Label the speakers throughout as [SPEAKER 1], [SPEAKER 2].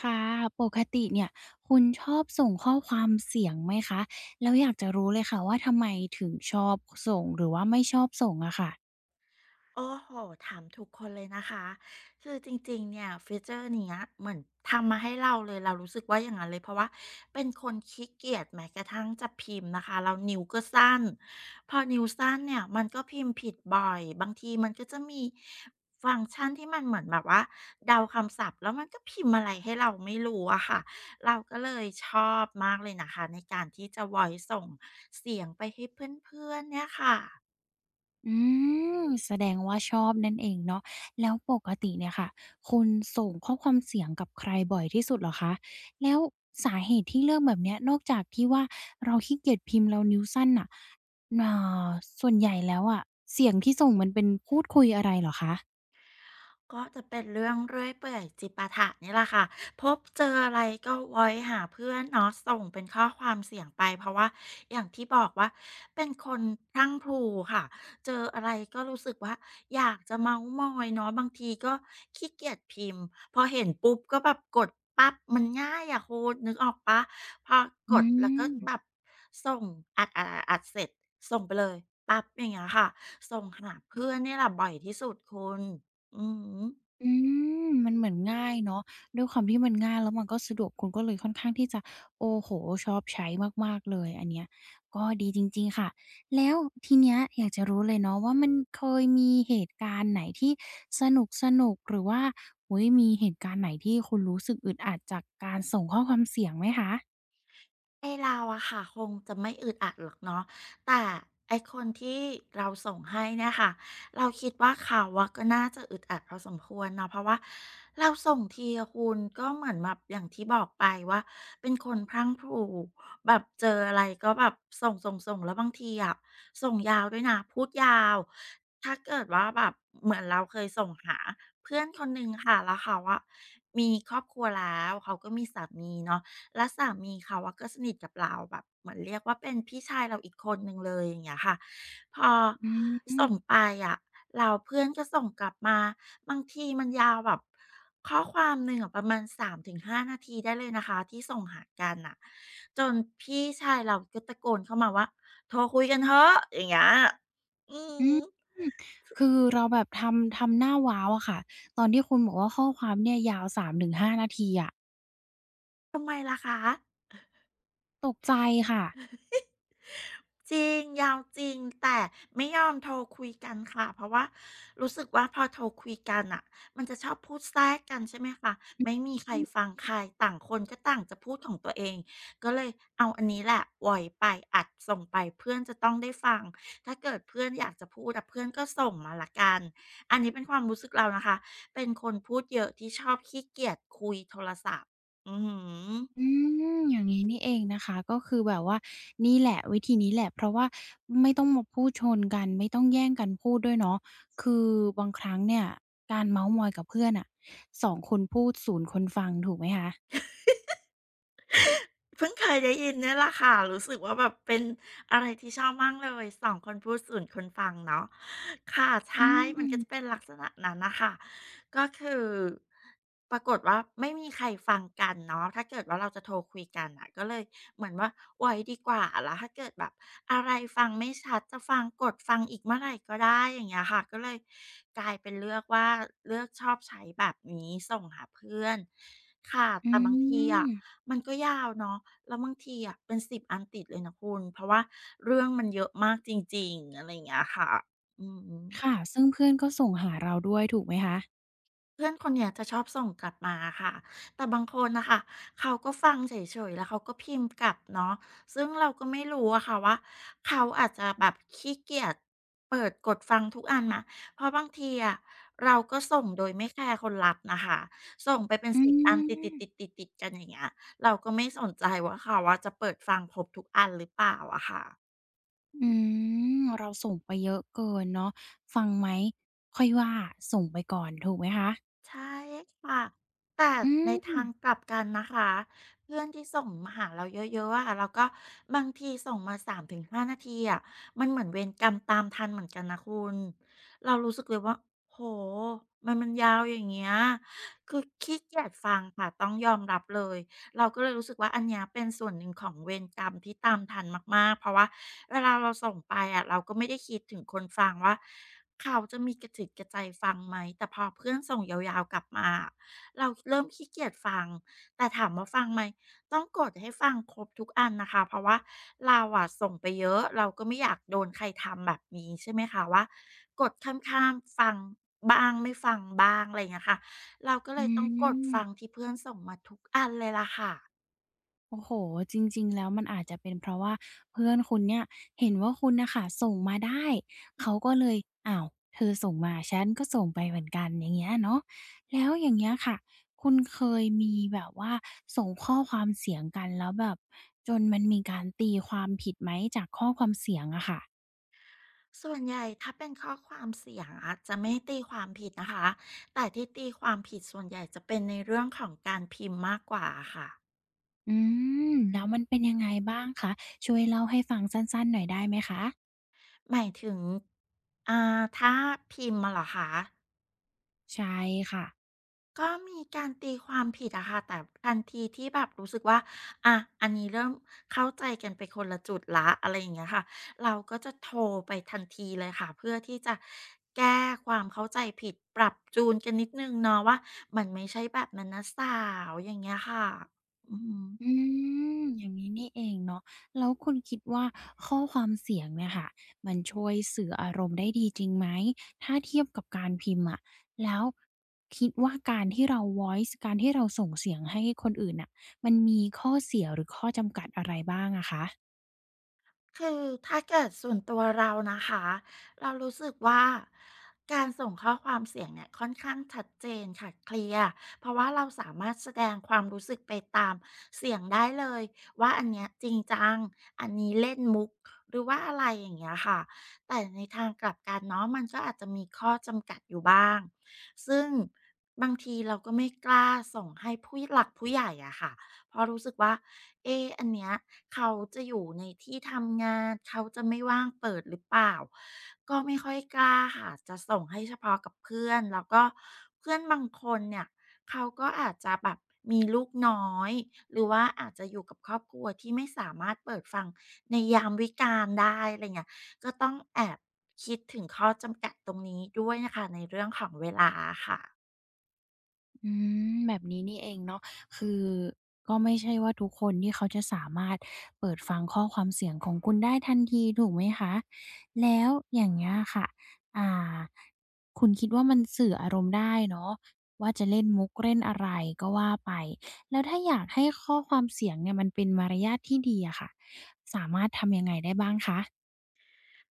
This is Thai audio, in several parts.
[SPEAKER 1] ค่ะปกติเนี่ยคุณชอบส่งข้อความเสียงไหมคะแล้วอยากจะรู้เลยค่ะว่าทำไมถึงชอบส่งหรือว่าไม่ชอบส่งอะค่ะ
[SPEAKER 2] โอ้โหถามทุกคนเลยนะคะคือจริงๆเนี่ยฟีเจอร์เนี้ยเหมือนทำมาให้เราเลยเรารู้สึกว่าอย่างงั้นเลยเพราะว่าเป็นคนขี้เกียจแม้กระทั่งจะพิมพ์นะคะเรานิ้วก็สั้นพอนิ้วสั้นเนี่ยมันก็พิมพ์ผิดบ่อยบางทีมันก็จะมีฟังก์ชันที่มันเหมือนแบบว่าเดาคำศัพท์แล้วมันก็พิมพ์อะไรให้เราไม่รู้อะค่ะเราก็เลยชอบมากเลยนะคะในการที่จะ Voice ส่งเสียงไปให้เพื่อนๆเนี่ยค่ะ
[SPEAKER 1] อืมแสดงว่าชอบนั่นเองเนาะแล้วปกติเนี่ยค่ะคุณส่งข้อความเสียงกับใครบ่อยที่สุดเหรอคะแล้วสาเหตุที่เลือกแบบเนี้ยนอกจากที่ว่าเราขี้เกียจพิมพ์เรานิ้วสั้นน่ะอ่าส่วนใหญ่แล้วอะเสียงที่ส่งมันเป็นพูดคุยอะไรเหรอคะ
[SPEAKER 2] ก็จะเป็นเรื่องเรื่อยเปื่อยจิปาถะนี่แหละค่ะพบเจออะไรก็วอยหาเพื่อนเนาะส่งเป็นข้อความเสียงไปเพราะว่าอย่างที่บอกว่าเป็นคนพรั่งพรูค่ะเจออะไรก็รู้สึกว่าอยากจะเม้าท์มอยเนาะบางทีก็ขี้เกียจพิมพ์พอเห็นปุ๊บก็แบบกดปั๊บมันง่ายอะคุณนึกออกเปล่าพอ
[SPEAKER 1] อื
[SPEAKER 2] กดแล้วก็
[SPEAKER 1] ม
[SPEAKER 2] แบบส่งอัดๆๆๆเสร็จส่งไปเลยปั๊บอย่างเงี้ยค่ะส่งหาเพื่อนเนี่ยแหละบ่อยที่สุดคุณ อืม
[SPEAKER 1] อืมมันเหมือนง่ายเนาะด้วยความที่มันง่ายแล้วมันก็สะดวกคุณก็เลยค่อนข้างที่จะโอ้โฮชอบใช้มากๆเลยอันเนี้ยก็ดีจริงๆค่ะแล้วทีเนี้ยอยากจะรู้เลยเนาะว่ามันเคยมีเหตุการณ์ไหนที่สนุกๆหรือว่าโอ้โฮมีเหตุการณ์ไหนที่คุณรู้สึกอึดอัดจากการส่งข้อความเสียงไหมคะ
[SPEAKER 2] ไอเราอะค่ะคงจะไม่อึดอัดหรอกเนาะแต่ไอคนที่เราส่งให้เนี่ยค่ะเราคิดว่าเขาอะก็น่าจะอึดอัดพอสมควรเนาะเพราะว่าเราส่งทีอะคุณก็เหมือนแบบอย่างที่บอกไปว่าเป็นคนพลังพรูแบบเจออะไรก็แบบส่งแล้วบางทีอะส่งยาวด้วยนะพูดยาวถ้าเกิดว่าแบบเหมือนเราเคยส่งหาเพื่อนคนหนึ่งค่ะแล้วเขาอะมีครอบครัวแล้วเขาก็มีสามีเนาะ แล้วสามีเขาอะก็สนิทกับเราแบบเหมือนเรียกว่าเป็นพี่ชายเราอีกคนหนึ่งเลยอย่างเงี้ยค่ะพอ
[SPEAKER 1] อืม
[SPEAKER 2] ส่งไปอะแล้วเพื่อนก็ส่งกลับมาบางทีมันยาวแบบข้อความหนึ่งอะประมาณ3-5นาทีได้เลยนะคะที่ส่งหากันน่ะจนพี่ชายเราก็ตะโกนเข้ามาว่าโทรคุยกันเถอะอย่างเงี้ยอื
[SPEAKER 1] อืม
[SPEAKER 2] ม
[SPEAKER 1] คือเราแบบทำหน้าว้าวอะค่ะตอนที่คุณบอกว่าข้อความเนี่ยยาวสามถึงห้านาทีอะ
[SPEAKER 2] ทำไมล่ะคะ
[SPEAKER 1] ตกใจค่ะ
[SPEAKER 2] จริงยาวจริงแต่ไม่ยอมโทรคุยกันค่ะเพราะว่ารู้สึกว่าพอโทรคุยกันน่ะมันจะชอบพูดแทรกกันใช่ไหมคะไม่
[SPEAKER 1] อ
[SPEAKER 2] มีใครฟังใครต่างคนก็ต่างจะพูดของตัวเองก็เลยเอาอันนี้แหละไหวอยไปอัดส่งไปเพื่อนจะต้องได้ฟังถ้าเกิดเพื่อนอยากจะพูดอะเพื่อนก็ส่งมาและกันอันนี้เป็นความรู้สึกเรานะคะเป็นคนพูดเยอะที่ชอบขี้เกียจคุยโทรศัพท์อือฮึ
[SPEAKER 1] ืมอย่างงี้นี่เองนะคะก็คือแบบว่านี่แหละวิธีนี้แหละเพราะว่าไม่ต้องมาพูดชนกันไม่ต้องแย่งกันพูดด้วยเนาะคือบางครั้งเนี่ยการเม้าท์มอยกับเพื่อนอะสองคนพูดศูนย์คนฟังถูกไหมคะ
[SPEAKER 2] เพิ่งเคยได้ยินเนี่ยแหละค่ะรู้สึกว่าแบบเป็นอะไรที่ชอบมากเลยสองคนพูดศูนย์คนฟังเนาะค่ะ
[SPEAKER 1] อื
[SPEAKER 2] ใช่มัน
[SPEAKER 1] ม
[SPEAKER 2] ก็จะเป็นลักษณะนั้นน่ะค่ะก็คือปรากฏว่าไม่มีใครฟังกันเนาะถ้าเกิดว่าเราจะโทรคุยกันน่ะก็เลยเหมือนว่าไว้ดีกว่าแล้วถ้าเกิดแบบอะไรฟังไม่ชัดจะฟังกดฟังอีกเมื่อไหร่ก็ได้อย่างเงี้ยค่ะก็เลยกลายเป็นเลือกว่าเลือกชอบใช้แบบนี้ส่งหาเพื่อนค่ะ
[SPEAKER 1] อื
[SPEAKER 2] แต่บางทีอะ
[SPEAKER 1] ม
[SPEAKER 2] มันก็ยาวเนาะแล้วบางทีอะเป็น10อันติดเลยนะคุณเพราะว่าเรื่องมันเยอะมากจริงๆอะไรอย่างเงี้ยค่ะอือฮึ
[SPEAKER 1] ค่ะซึ่งเพื่อนก็ส่งหาเราด้วยถูกไหมคะ
[SPEAKER 2] เพื่อนคนเนี้ยจะชอบส่งกลับมาค่ะแต่บางคนนะค่ะเขาก็ฟังเฉยๆแล้วเขาก็พิมพ์กลับเนาะซึ่งเราก็ไม่รู้อะค่ะว่าเขาอาจจะแบบขี้เกียจเปิดกดฟังทุกอันนะเพราะบางทีอะเราก็ส่งโดยไม่แคร์คนรับนะค่ะส่งไปเป็น
[SPEAKER 1] อื
[SPEAKER 2] สิบอันติดๆๆิด
[SPEAKER 1] ม
[SPEAKER 2] ติดติดกันอย่างเงี้ยเราก็ไม่สนใจว่าเขาว่าจะเปิดฟังครบทุกอันหรือเปล่าอะค่ะ
[SPEAKER 1] อืมเราส่งไปเยอะเกินเนาะฟังไหมค่อยว่าส่งไปก่อนถูกไหมคะ
[SPEAKER 2] ใช่ค่ะแต่
[SPEAKER 1] อื
[SPEAKER 2] ในทางก
[SPEAKER 1] ม
[SPEAKER 2] ลับกันนะคะเพื่อนที่ส่งมาหาเราเยอะๆอะแล้วก็บางทีส่งมา3-5นาทีอะมันเหมือนเวรกรรมตามทันเหมือนกันนะคุณเรารู้สึกเลยว่าโอ้มันยาวอย่างเงี้ยคือขี้เกียจฟังค่ะต้องยอมรับเลยเราก็เลยรู้สึกว่าอันเนี้ยเป็นส่วนหนึ่งของเวรกรรมที่ตามทันมากๆเพราะว่า เวลาเราส่งไปอ่ะเราก็ไม่ได้คิดถึงคนฟังว่าเขาจะมีกระจิตกระใจฟังไหมแต่พอเพื่อนส่งยาวๆกลับมาอะเราเริ่มขี้เกียจฟังแต่ถามว่าฟังไหมต้องกดให้ฟังครบทุกอันนะคะเพราะว่าเราอ่ะส่งไปเยอะเราก็ไม่อยากโดนใครทำแบบนี้ใช่ไหมคะว่ากดข้ามๆฟังบ้างไม่ฟังบ้างอะไรอย่างเงี้ยค่ะเราก็เล
[SPEAKER 1] อื
[SPEAKER 2] ยต้องกดฟัง
[SPEAKER 1] ม
[SPEAKER 2] ที่เพื่อนส่งมาทุกอันเลยล่ะค่ะ
[SPEAKER 1] โอ้โฮจริงๆ แล้วมันอาจจะเป็นเพราะว่าเพื่อนคุณเนี่ยเห็นว่าคุณน่ะค่ะส่งมาได้ เขาก็เลยอ้าวเธอส่งมาฉันก็ส่งไปเหมือนกันอย่างเงี้ยเนาะแล้วอย่างเงี้ยค่ะ คุณเคยมีแบบว่าส่งข้อความเสียงกันแล้วแบบจนมันมีการตีความผิดไหมจากข้อความเสียงอะค่ะ
[SPEAKER 2] ส่วนใหญ่ถ้าเป็นข้อความเสียงอะจะไม่ตีความผิดนะคะ แต่ที่ตีความผิดส่วนใหญ่จะเป็นในเรื่องของการพิมพ์มากกว่าค่ะ
[SPEAKER 1] อืมแล้วมันเป็นยังไงบ้างคะ ช่วยเล่าให้ฟังสั้นๆหน่อยได้ไหมคะ
[SPEAKER 2] หมายถึงถ้าพิมพ์มาเหรอคะ
[SPEAKER 1] ใช่ค่ะ
[SPEAKER 2] ก็มีการตีความผิดอะค่ะแต่ทันทีที่แบบรู้สึกว่าอะอันนี้เริ่มเข้าใจกันไปคนละจุดละอะไรอย่างเงี้ยค่ะเราก็จะโทรไปทันทีเลยค่ะเพื่อที่จะแก้ความเข้าใจผิดปรับจูนกันนิดหนึ่งเนาะว่ามันไม่ใช่แบบนั้นนะสาวอย่างเงี้ยค่ะอือฮึ
[SPEAKER 1] อืมอย่างนี้นี่เองเนาะแล้วคุณคิดว่าข้อความเสียงเนี่ยค่ะมันช่วยสื่ออารมณ์ได้ดีจริงไหมถ้าเทียบกับการพิมพ์อะแล้วคิดว่าการที่เรา voice การที่เราส่งเสียงให้คนอื่นน่ะมันมีข้อเสียหรือข้อจำกัดอะไรบ้างอะคะ
[SPEAKER 2] คือถ้าเกิดส่วนตัวเรานะคะเรารู้สึกว่าการส่งข้อความเสียงเนี่ยค่อนข้างชัดเจนค่ะเคลียร์เพราะว่าเราสามารถแสดงความรู้สึกไปตามเสียงได้เลยว่าอันเนี้ยจริงจังอันนี้เล่นมุกหรือว่าอะไรอย่างเงี้ยค่ะแต่ในทางกลับกันเนาะมันก็อาจจะมีข้อจำกัดอยู่บ้างซึ่งบางทีเราก็ไม่กล้าส่งให้ผู้หลักผู้ใหญ่อะค่ะเพราะรู้สึกว่า เอ๊ะอันเนี้ยเขาจะอยู่ในที่ทำงานเขาจะไม่ว่างเปิดหรือเปล่าก็ไม่ค่อยกล้าค่ะจะส่งให้เฉพาะกับเพื่อนแล้วก็เพื่อนบางคนเนี่ยเขาก็อาจจะแบบมีลูกน้อยหรือว่าอาจจะอยู่กับครอบครัวที่ไม่สามารถเปิดฟังในยามวิกาลได้อะไรเงี้ยก็ต้องแอบคิดถึงข้อจำกัดตรงนี้ด้วยนะคะในเรื่องของเวลาค่ะ
[SPEAKER 1] อืมแบบนี้นี่เองเนาะคือก็ไม่ใช่ว่าทุกคนที่เขาจะสามารถเปิดฟังข้อความเสียงของคุณได้ทันทีถูกไหมคะแล้วอย่างเงี้ยค่ะอ่าคุณคิดว่ามันสื่ออารมณ์ได้เนาะว่าจะเล่นมุกเล่นอะไรก็ว่าไปแล้วถ้าอยากให้ข้อความเสียงเนี่ยมันเป็นมารยาทที่ดีอะค่ะ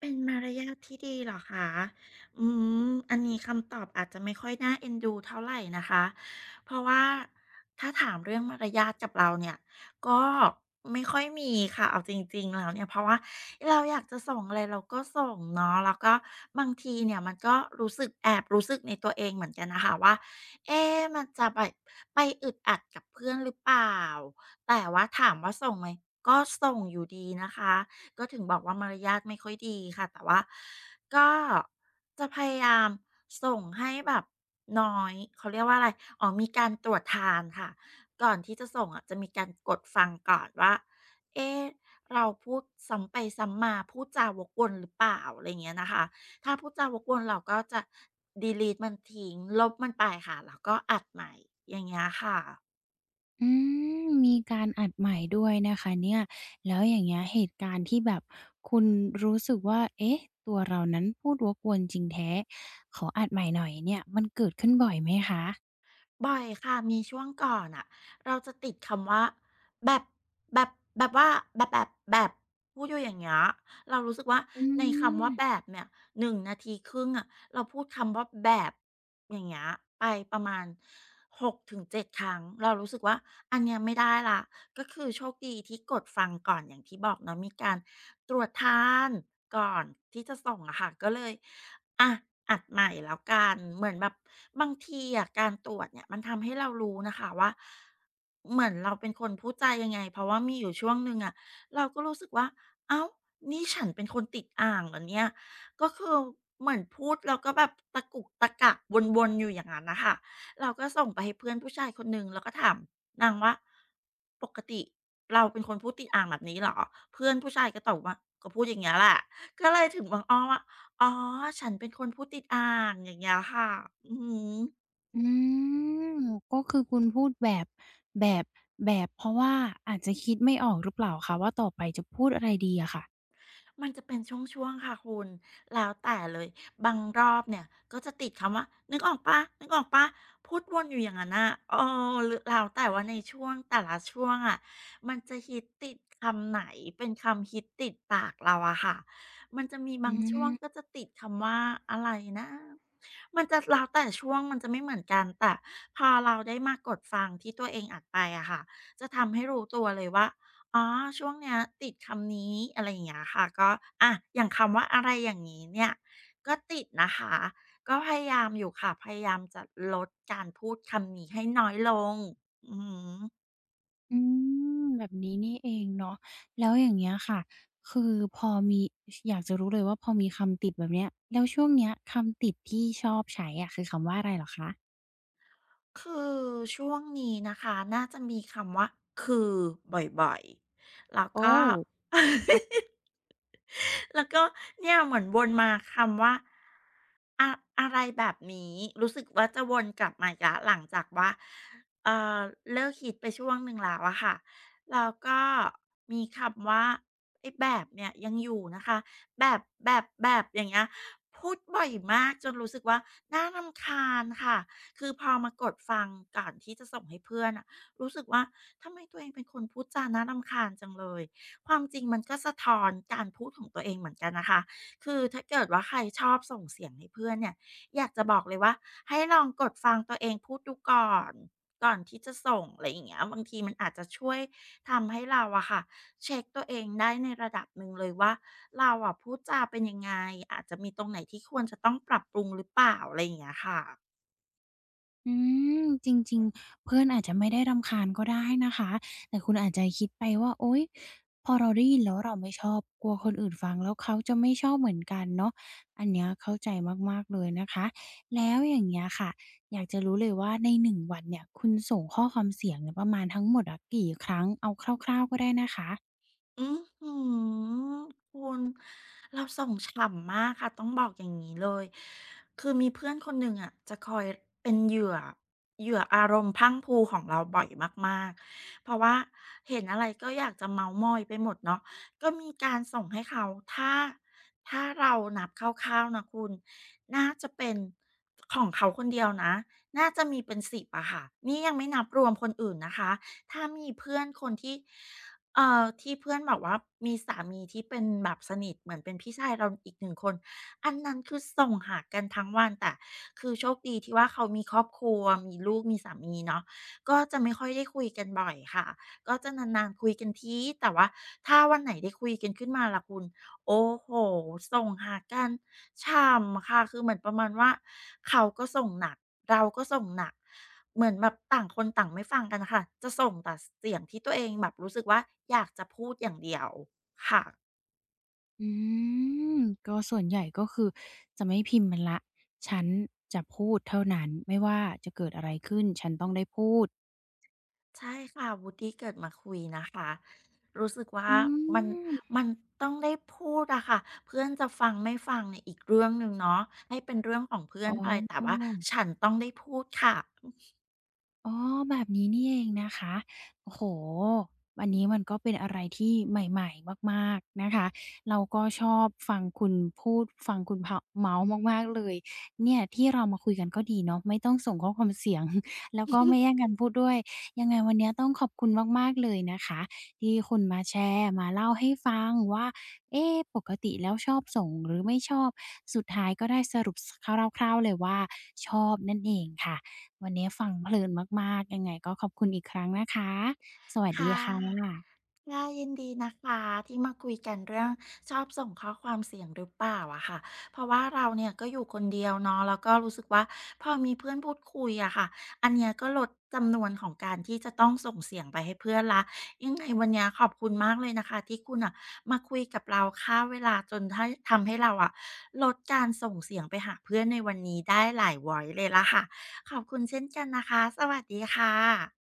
[SPEAKER 2] เป็นมารยาทที่ดีเหรอคะอืมอันนี้คำตอบอาจจะไม่ค่อยน่าเอ็นดูเท่าไหรนะคะเพราะว่าถ้าถามเรื่องมารยาทกับเราเนี่ยก็ไม่ค่อยมีค่ะเอาจริงๆแล้วเนี่ยเพราะว่าเราอยากจะส่งอะไรเราก็ส่งเนาะแล้วก็บางทีเนี่ยมันก็รู้สึกแอบรู้สึกในตัวเองเหมือนกันนะคะว่าเอ๊ะมันจะไปอึดอัดกับเพื่อนหรือเปล่าแต่ว่าถามว่าส่งไหมก็ส่งอยู่ดีนะคะ ก็ถึงบอกว่ามารยาทไม่ค่อยดีค่ะแต่ว่าก็จะพยายามส่งให้แบบน้อยเขาเรียกว่าอะไรอ๋อมีการตรวจทานค่ะก่อนที่จะส่งอะจะมีการกดฟังก่อนว่าเอ๊ะเราพูดซ้ำไปซ้ำมาพูดจาวกวนหรือเปล่าอะไรอย่างเงี้ยนะคะถ้าพูดจาวกวนเราก็จะ delete มันทิ้งลบมันไปค่ะแล้วก็อัดใหม่อย่างเงี้ยค่ะ
[SPEAKER 1] อืมมีการอัดใหม่ด้วยนะคะเนี่ยแล้วอย่างเงี้ยเหตุการณ์ที่แบบคุณรู้สึกว่าเอ๊ะตัวเรานั้นพูดวกวนจริงแท้ขออัดใหม่หน่อยเนี่ยมันเกิดขึ้นบ่อยไหมคะ
[SPEAKER 2] บ่อยค่ะมีช่วงก่อนอะเราจะติดคำว่าแบบแบบแบบว่าแบบพูดอยู่อย่างเงี้ยเรารู้สึกว่า
[SPEAKER 1] อื
[SPEAKER 2] ในคำ
[SPEAKER 1] ม
[SPEAKER 2] ว่าแบบเนี่ย1 นาทีครึ่งอะเราพูดคำว่าแบบอย่างเงี้ยไปประมาณ6 ถึง 7 ครั้งเรารู้สึกว่าอันเนี้ยไม่ได้ละก็คือโชคดีที่กดฟังก่อนอย่างที่บอกเนาะมีการ ตรวจทานก่อนที่จะส่งอะค่ะก็เลยอ่ะอัดใหม่แล้วกันเหมือนแบบบางทีอะการตรวจเนี่ยมันทำให้เรารู้นะคะว่าเหมือนเราเป็นคนพูดใจายังไงเพราะว่ามีอยู่ช่วงหนึ่งอะเราก็รู้สึกว่าเอ้านี่ฉันเป็นคนติดอ่างเหรอเนี่ยก็คือเหมือนพูดแล้วก็แบบตะกุกตะกักวนๆอยู่อย่างนั้นนะคะเราก็ส่งไปให้เพื่อนผู้ชายคนหนึ่งแล้วก็ถาม นางว่าปกติเราเป็นคนพูดติดอ่างแบบนี้เหรอเพื่อนผู้ชายก็ตอบว่าก็พูดอย่างเงี้ยแหละก็เลยถึงบังอ้อว่าอ๋อฉันเป็นคนพูดติดอ่างอย่างเงี้ยค่ะอือฮึ
[SPEAKER 1] อืมก็คือคุณพูดแบบแบบแบบเพราะว่าอาจจะคิดไม่ออกหรือเปล่าคะว่าต่อไปจะพูดอะไรดีอะค่ะ
[SPEAKER 2] มันจะเป็นช่วงๆค่ะคุณ แล้วแต่เลย บางรอบเนี่ยก็จะติดคำว่านึกออกเปล่านึกออกเปล่าพูดวนอยู่อย่างนั้นน่ะเออหรือแล้วแต่ว่าในช่วงแต่ละช่วงอะมันจะฮิตติดคำไหนเป็นคำฮิตติดปากเราอะค่ะมันจะมี
[SPEAKER 1] อื
[SPEAKER 2] บางช่วง
[SPEAKER 1] ม
[SPEAKER 2] ก็จะติดคำว่าอะไรนะมันจะแล้วแต่ช่วงมันจะไม่เหมือนกันแต่พอเราได้มากดฟังที่ตัวเองอัดไปอะค่ะจะทำให้รู้ตัวเลยว่า อ๋อช่วงเนี้ยติดคำนี้อะไรอย่างเงี้ยค่ะก็อย่างคำว่าอะไรอย่างงี้เนี่ยก็ติดนะคะก็พยายามอยู่ค่ะพยายามจะลดการพูดคำนี้ให้น้อยลงอือฮึ
[SPEAKER 1] อืมแบบนี้นี่เองเนาะแล้วอย่างเงี้ยค่ะคือพอมีอยากจะรู้เลยว่าพอมีคำติดแบบเนี้ยแล้วช่วงเนี้ยคำติดที่ชอบใช้อะคือคำว่าอะไรเหรอคะ
[SPEAKER 2] คือช่วงนี้นะคะน่าจะมีคำว่าคือบ่อยๆแล้ว
[SPEAKER 1] โอ้
[SPEAKER 2] ก็
[SPEAKER 1] ค
[SPEAKER 2] แล้วก็เนี่ยเหมือนวนมาคำว่าอะอะไรแบบนี้รู้สึกว่าจะวนกลับมาอีกล้หลังจากว่าเอ่อเลิกฮิตไปช่วงหนึ่งแล้วอะค่ะแล้วก็มีคำว่าไอ้แบบเนี่ยยังอยู่นะคะแบบอย่างเงี้ยพูดบ่อยมากจนรู้สึกว่าน่ารำคาญค่ะ คือพอมากดฟังก่อนที่จะส่งให้เพื่อนอะรู้สึกว่าทำไมตัวเองเป็นคนพูดจาน่ารำคาญจังเลยความจริงมันก็สะท้อนการพูดของตัวเองเหมือนกันนะคะคือถ้าเกิดว่าใครชอบส่งเสียงให้เพื่อนเนี่ยอยากจะบอกเลยว่าให้ลองกดฟังตัวเองพูดดูก่อนก่อนที่จะส่งอะไรอย่างเงี้ยบางทีมันอาจจะช่วยทำให้เราอะค่ะเช็คตัวเองได้ในระดับหนึ่งเลยว่าเราอะพูดจาเป็นยังไงอาจจะมีตรงไหนที่ควรจะต้องปรับปรุงหรือเปล่าอะไรอย่างเงี้ยค่ะ
[SPEAKER 1] อืมจริงๆเพื่อนอาจจะไม่ได้รำคาญก็ได้นะคะแต่คุณอาจจะคิดไปว่าโอ๊ยพอเราได้ยินแล้วเราไม่ชอบกลัวคนอื่นฟังแล้วเขาจะไม่ชอบเหมือนกันเนาะอันเนี้ยเข้าใจมากๆเลยนะคะแล้วอย่างเงี้ยค่ะอยากจะรู้เลยว่าในหนึ่งวันเนี่ยคุณส่งข้อความเสียงเนี่ยประมาณทั้งหมดอะกี่ครั้งเอาคร่าวๆก็ได้นะคะ
[SPEAKER 2] อือหือคุณเราส่งฉ่ำมากค่ะต้องบอกอย่างนี้เลยคือมีเพื่อนคนหนึ่งอะจะคอยเป็นเหยื่อเหยื่ออารมณ์พรั่งพรูของเราบ่อยมากๆเพราะว่าเห็นอะไรก็อยากจะเม้าท์มอยไปหมดเนาะก็มีการส่งให้เขาถ้าถ้าเรานับคร่าวๆนะคุณน่าจะเป็นของเขาคนเดียวนะน่าจะมีเป็นสิบอะค่ะนี่ยังไม่นับรวมคนอื่นนะคะถ้ามีเพื่อนคนที่ ที่เพื่อนบอกว่ามีสามีที่เป็นแบบสนิทเหมือนเป็นพี่ชายเราอีกหนึ่งคนอันนั้นคือส่งหากันทั้งวันแต่คือโชคดีที่ว่าเขามีครอบครัวมีลูกมีสามีเนาะก็จะไม่ค่อยได้คุยกันบ่อยค่ะก็จะนานๆคุยกันทีแต่ว่าถ้าวันไหนได้คุยกันขึ้นมาล่ะคุณโอ้โฮส่งหากัน ฉ่ำค่ะคือเหมือนประมาณว่าเขาก็ส่งหนักเราก็ส่งหนักเหมือนแบบต่างคนต่างไม่ฟังกันค่ะจะส่งแต่เสียงที่ตัวเองแบบรู้สึกว่าอยากจะพูดอย่างเดียวค่ะ
[SPEAKER 1] อืมก็ส่วนใหญ่ก็คือจะไม่พิมพ์มันแล้วฉันจะพูดเท่านั้นไม่ว่าจะเกิดอะไรขึ้นฉันต้องได้พูด
[SPEAKER 2] ใช่ค่ะวุฒิเกิดมาคุยนะคะรู้สึกว่า
[SPEAKER 1] อื
[SPEAKER 2] มัน
[SPEAKER 1] ม
[SPEAKER 2] มันต้องได้พูดอะค่ะเพื่อนจะฟังไม่ฟังเนี่ยอีกเรื่องหนึ่งเนาะให้เป็นเรื่องของเพื่อ
[SPEAKER 1] อ๋
[SPEAKER 2] น
[SPEAKER 1] อ
[SPEAKER 2] ไป
[SPEAKER 1] อ
[SPEAKER 2] แต่
[SPEAKER 1] อ
[SPEAKER 2] ว่าฉันต้องได้พูดค่ะ
[SPEAKER 1] อ๋อแบบนี้นี่เองนะคะโอ้โฮวันนี้มันก็เป็นอะไรที่ใหม่ๆมากๆนะคะ เราก็ชอบฟังคุณพูดฟังคุณเผาเมาท์มากๆเลยเนี่ยที่เรามาคุยกันก็ดีเนาะไม่ต้องส่งข้อความเสียง แล้วก็ไม่แย่งกันพูดด้วยยังไงวันเนี้ยต้องขอบคุณมากๆเลยนะคะที่คุณมาแชร์มาเล่าให้ฟังว่าเอ๊ปกติแล้วชอบส่งหรือไม่ชอบสุดท้ายก็ได้สรุปสคร่าวๆเลยว่าชอบนั่นเองค่ะ วันนี้ฟังเพลินมากๆยังไงก็ขอบคุณอีกครั้งนะคะ สวัสดี
[SPEAKER 2] ค่ะ
[SPEAKER 1] ค่ะ
[SPEAKER 2] ง่ายยินดีนะคะที่มาคุยกันเรื่องชอบส่งข้อความเสียงหรือเปล่าอะค่ะเพราะว่าเราเนี่ยก็อยู่คนเดียวเนาะแล้วก็รู้สึกว่าพอมีเพื่อนพูดคุยอะค่ะอันเนี้ยก็ลดจำนวนของการที่จะต้องส่งเสียงไปให้เพื่อนละยังไงวันเนี้ยขอบคุณมากเลยนะคะที่คุณอะมาคุยกับเราค่าเวลาจนถ้าทำให้เราอะลดการส่งเสียงไปหาเพื่อนในวันนี้ได้หลาย Voice เลยละค่ะขอบคุณเช่นกันนะคะสวัสดีค่ะ